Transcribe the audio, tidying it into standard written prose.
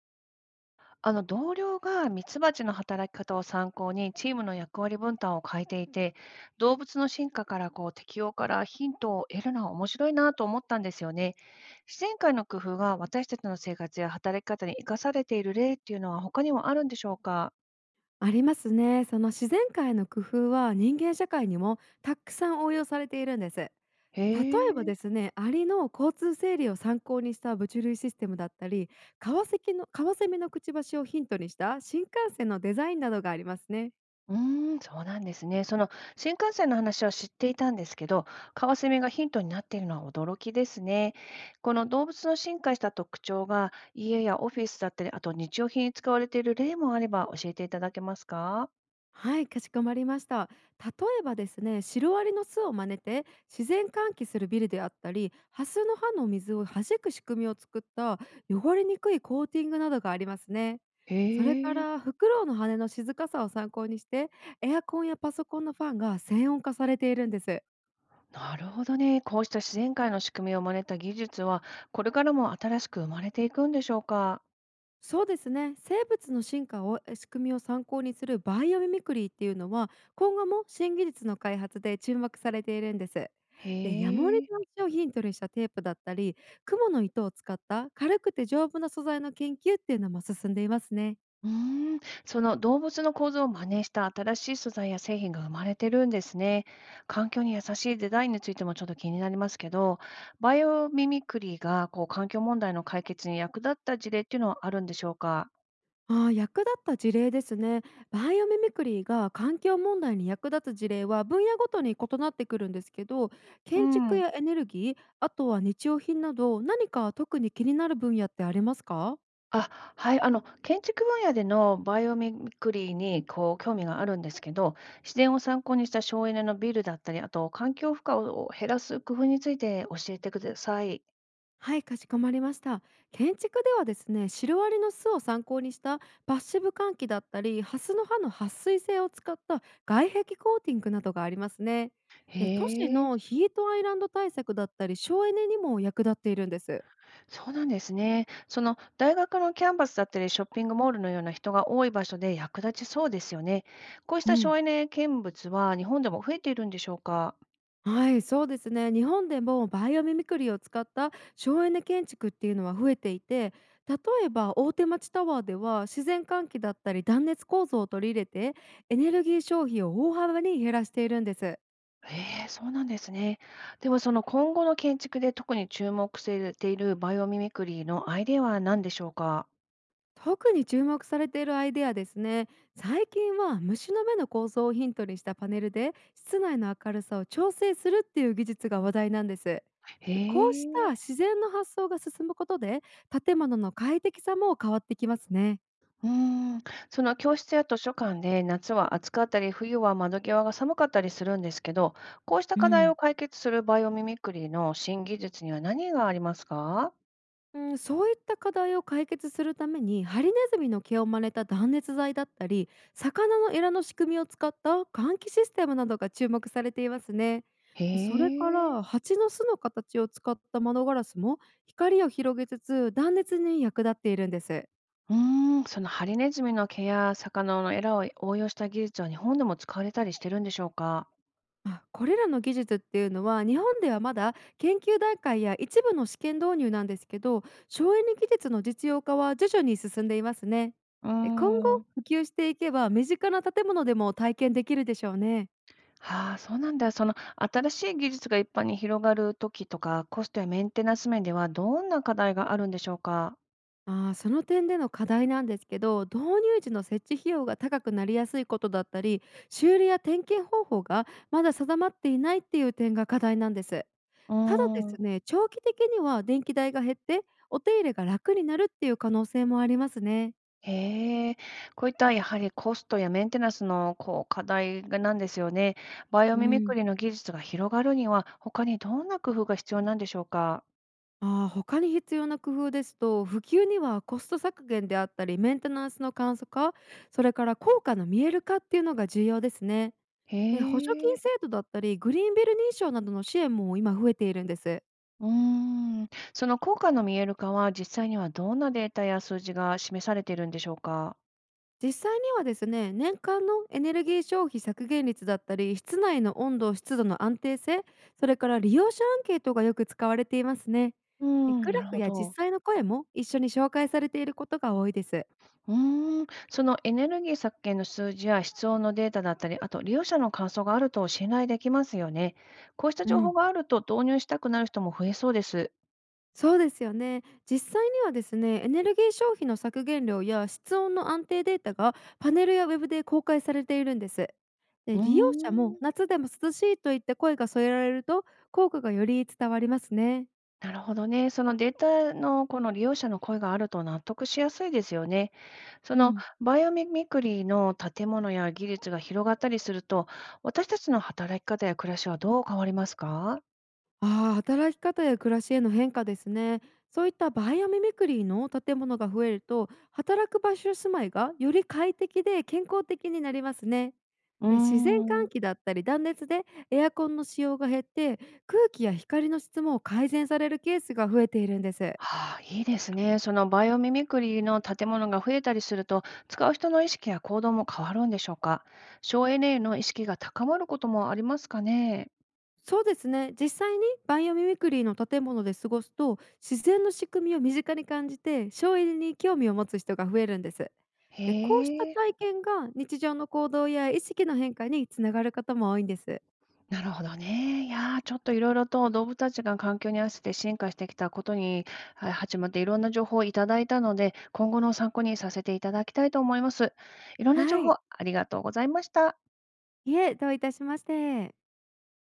同僚がミツバチの働き方を参考にチームの役割分担を変えていて、動物の進化から適応からヒントを得るのは面白いなと思ったんですよね。自然界の工夫が私たちの生活や働き方に生かされている例っていうのは他にもあるんでしょうか？ありますね。その自然界の工夫は人間社会にもたくさん応用されているんです。例へえばえ。ですね、アリの交通整理を参考にした物流システムだったり、カワセキのカワセミのくちばしをヒントにした新幹線のデザインなどがありますね。うーん、そうなんですね。その新幹線の話は知っていたんですけど、カワセミがヒントになっているのは驚きですね。この動物の進化した特徴が家やオフィスだったり、あと日用品に使われている例もあれば教えていただけますか？はい、かしこまりました。例えばですね、シロアリの巣を真似て自然換気するビルであったり、ハスの葉の水を弾く仕組みを作った汚れにくいコーティングなどがありますね。へそれかえ、らフクロウの羽の静かさを参考にして、エアコンやパソコンのファンが静音化されているんです。なるほどね。こうした自然界の仕組みを真似た技術は、これからも新しく生まれていくんでしょうか。そうですね、生物の進化を仕組みを参考にするバイオミミクリーっていうのは今後も新技術の開発で注目されているんです。でヤモリへえ。の足をヒントにしたテープだったり、雲の糸を使った軽くて丈夫な素材の研究っていうのも進んでいますね。うーん、その動物の構造を真似した新しい素材や製品が生まれてるんですね。環境に優しいデザインについてもちょっと気になりますけど、バイオミミクリーが環境問題の解決に役立った事例っていうのはあるんでしょうか？ああ、役立った事例ですね。バイオミミクリーが環境問題に役立つ事例は分野ごとに異なってくるんですけど、う建築ん。やエネルギー、あとは日用品など何か特に気になる分野ってありますか？あ、はい、建築分野でのバイオミミクリーに興味があるんですけど、自然を参考にした省エネのビルだったり、あと環境負荷を減らす工夫について教えてください。はい、かしこまりました。建築ではですね、シロアリの巣を参考にしたパッシブ換気だったり、ハスの葉の撥水性を使った外壁コーティングなどがありますね。で、都市へえ。のヒートアイランド対策だったり、省エネにも役立っているんです。そうなんですね。その大学のキャンパスだったりショッピングモールのような人が多い場所で役立ちそうですよね。こうしうたん。省エネ見物は日本でも増えているんでしょうか？はい、そうですね。日本でもバイオミミクリーを使った省エネ建築っていうのは増えていて、例えば大手町タワーでは自然換気だったり断熱構造を取り入れて、エネルギー消費を大幅に減らしているんです。ええ、そうなんですね。ではその今後の建築で特に注目されているバイオミミクリーのアイデアは何でしょうか？特に注目されているアイデアですね。最近は虫の目の構造をヒントにしたパネルで室内の明るさを調整するっていう技術が話題なんです。へこうしたえ。自然の発想が進むことで建物の快適さも変わってきますね。うーん、その教室や図書館で夏は暑かったり、冬は窓際が寒かったりするんですけど、こうしたう課題をん解決するバイオミミクリーの新技術には何がありますか？うん、そういった課題を解決するためにハリネズミの毛を真似た断熱材だったり、魚のエラの仕組みを使った換気システムなどが注目されていますね。へそれかえ。ら蜂の巣の形を使った窓ガラスも光を広げつつ断熱に役立っているんです。うーん、そのハリネズミの毛や魚のエラを応用した技術は日本でも使われたりしてるんでしょうか？あ、これらの技術っていうのは日本ではまだ研究段階や一部の試験導入なんですけど、省エネ技術の実用化は徐々に進んでいますね。うーで今ん。後普及していけば身近な建物でも体験できるでしょうね。はあ、そうなんだ。その新しい技術が一般に広がるときとか、コストやメンテナンス面ではどんな課題があるんでしょうか？あー、その点での課題なんですけど、導入時の設置費用が高くなりやすいことだったり、修理や点検方法がまだ定まっていないっていう点が課題なんです。うただでーん。すね、長期的には電気代が減って、お手入れが楽になるっていう可能性もありますね。へえ、こういったやはりコストやメンテナンスの課題がなんですよね。バイオうミミクん。リの技術が広がるには、他にどんな工夫が必要なんでしょうか？ああ、他に必要な工夫ですと、普及にはコスト削減であったり、メンテナンスの簡素化、それから効果の見える化っていうのが重要ですね。へで補助金え、制度だったり、グリーンビル認証などの支援も今増えているんです。うーん。その効果の見える化は、実際にはどんなデータや数字が示されているんでしょうか？実際にはですね、年間のエネルギー消費削減率だったり、室内の温度湿度の安定性、それから利用者アンケートがよく使われていますね。うーでん、グなラるフほやど。実際の声も一緒に紹介されていることが多いです。うーん、そのエネルギー削減の数字や室温のデータだったり、あと利用者の感想があると信頼できますよね。こうしたう情ん。報があると導入したくなる人も増えそうです。そうですよね。実際にはですね、エネルギー消費の削減量や室温の安定データがパネルやウェブで公開されているんです。でうー利用者もん、夏でも涼しいといった声が添えられると効果がより伝わりますね。なるほどね。そのデータのこの利用者の声があると納得しやすいですよね。そうのん。バイオミミクリーの建物や技術が広がったりすると、私たちの働き方や暮らしはどう変わりますか？ああ、働き方や暮らしへの変化ですね。そういったバイアミミクリーの建物が増えると、働く場所住まいがより快適で健康的になりますね。うー自然換ん。気だったり断熱でエアコンの使用が減って、空気や光の質も改善されるケースが増えているんです。はあ、いいですね。そのバイオミミクリーの建物が増えたりすると、使う人の意識や行動も変わるんでしょうか？省エネへの意識が高まることもありますかね？そうですね。実際にバイオミミクリーの建物で過ごすと、自然の仕組みを身近に感じて、省エネに興味を持つ人が増えるんです。で、こうしたへえ。体験が日常の行動や意識の変化につながることも多いんです。なるほどね。いやー、ちょっといろいろと動物たちが環境に合わせて進化してきたことに、はい、始まっていろんな情報をいただいたので、今後の参考にさせていただきたいと思います。いろんな情は報い。ありがとうございました。いえ、どういたしまして。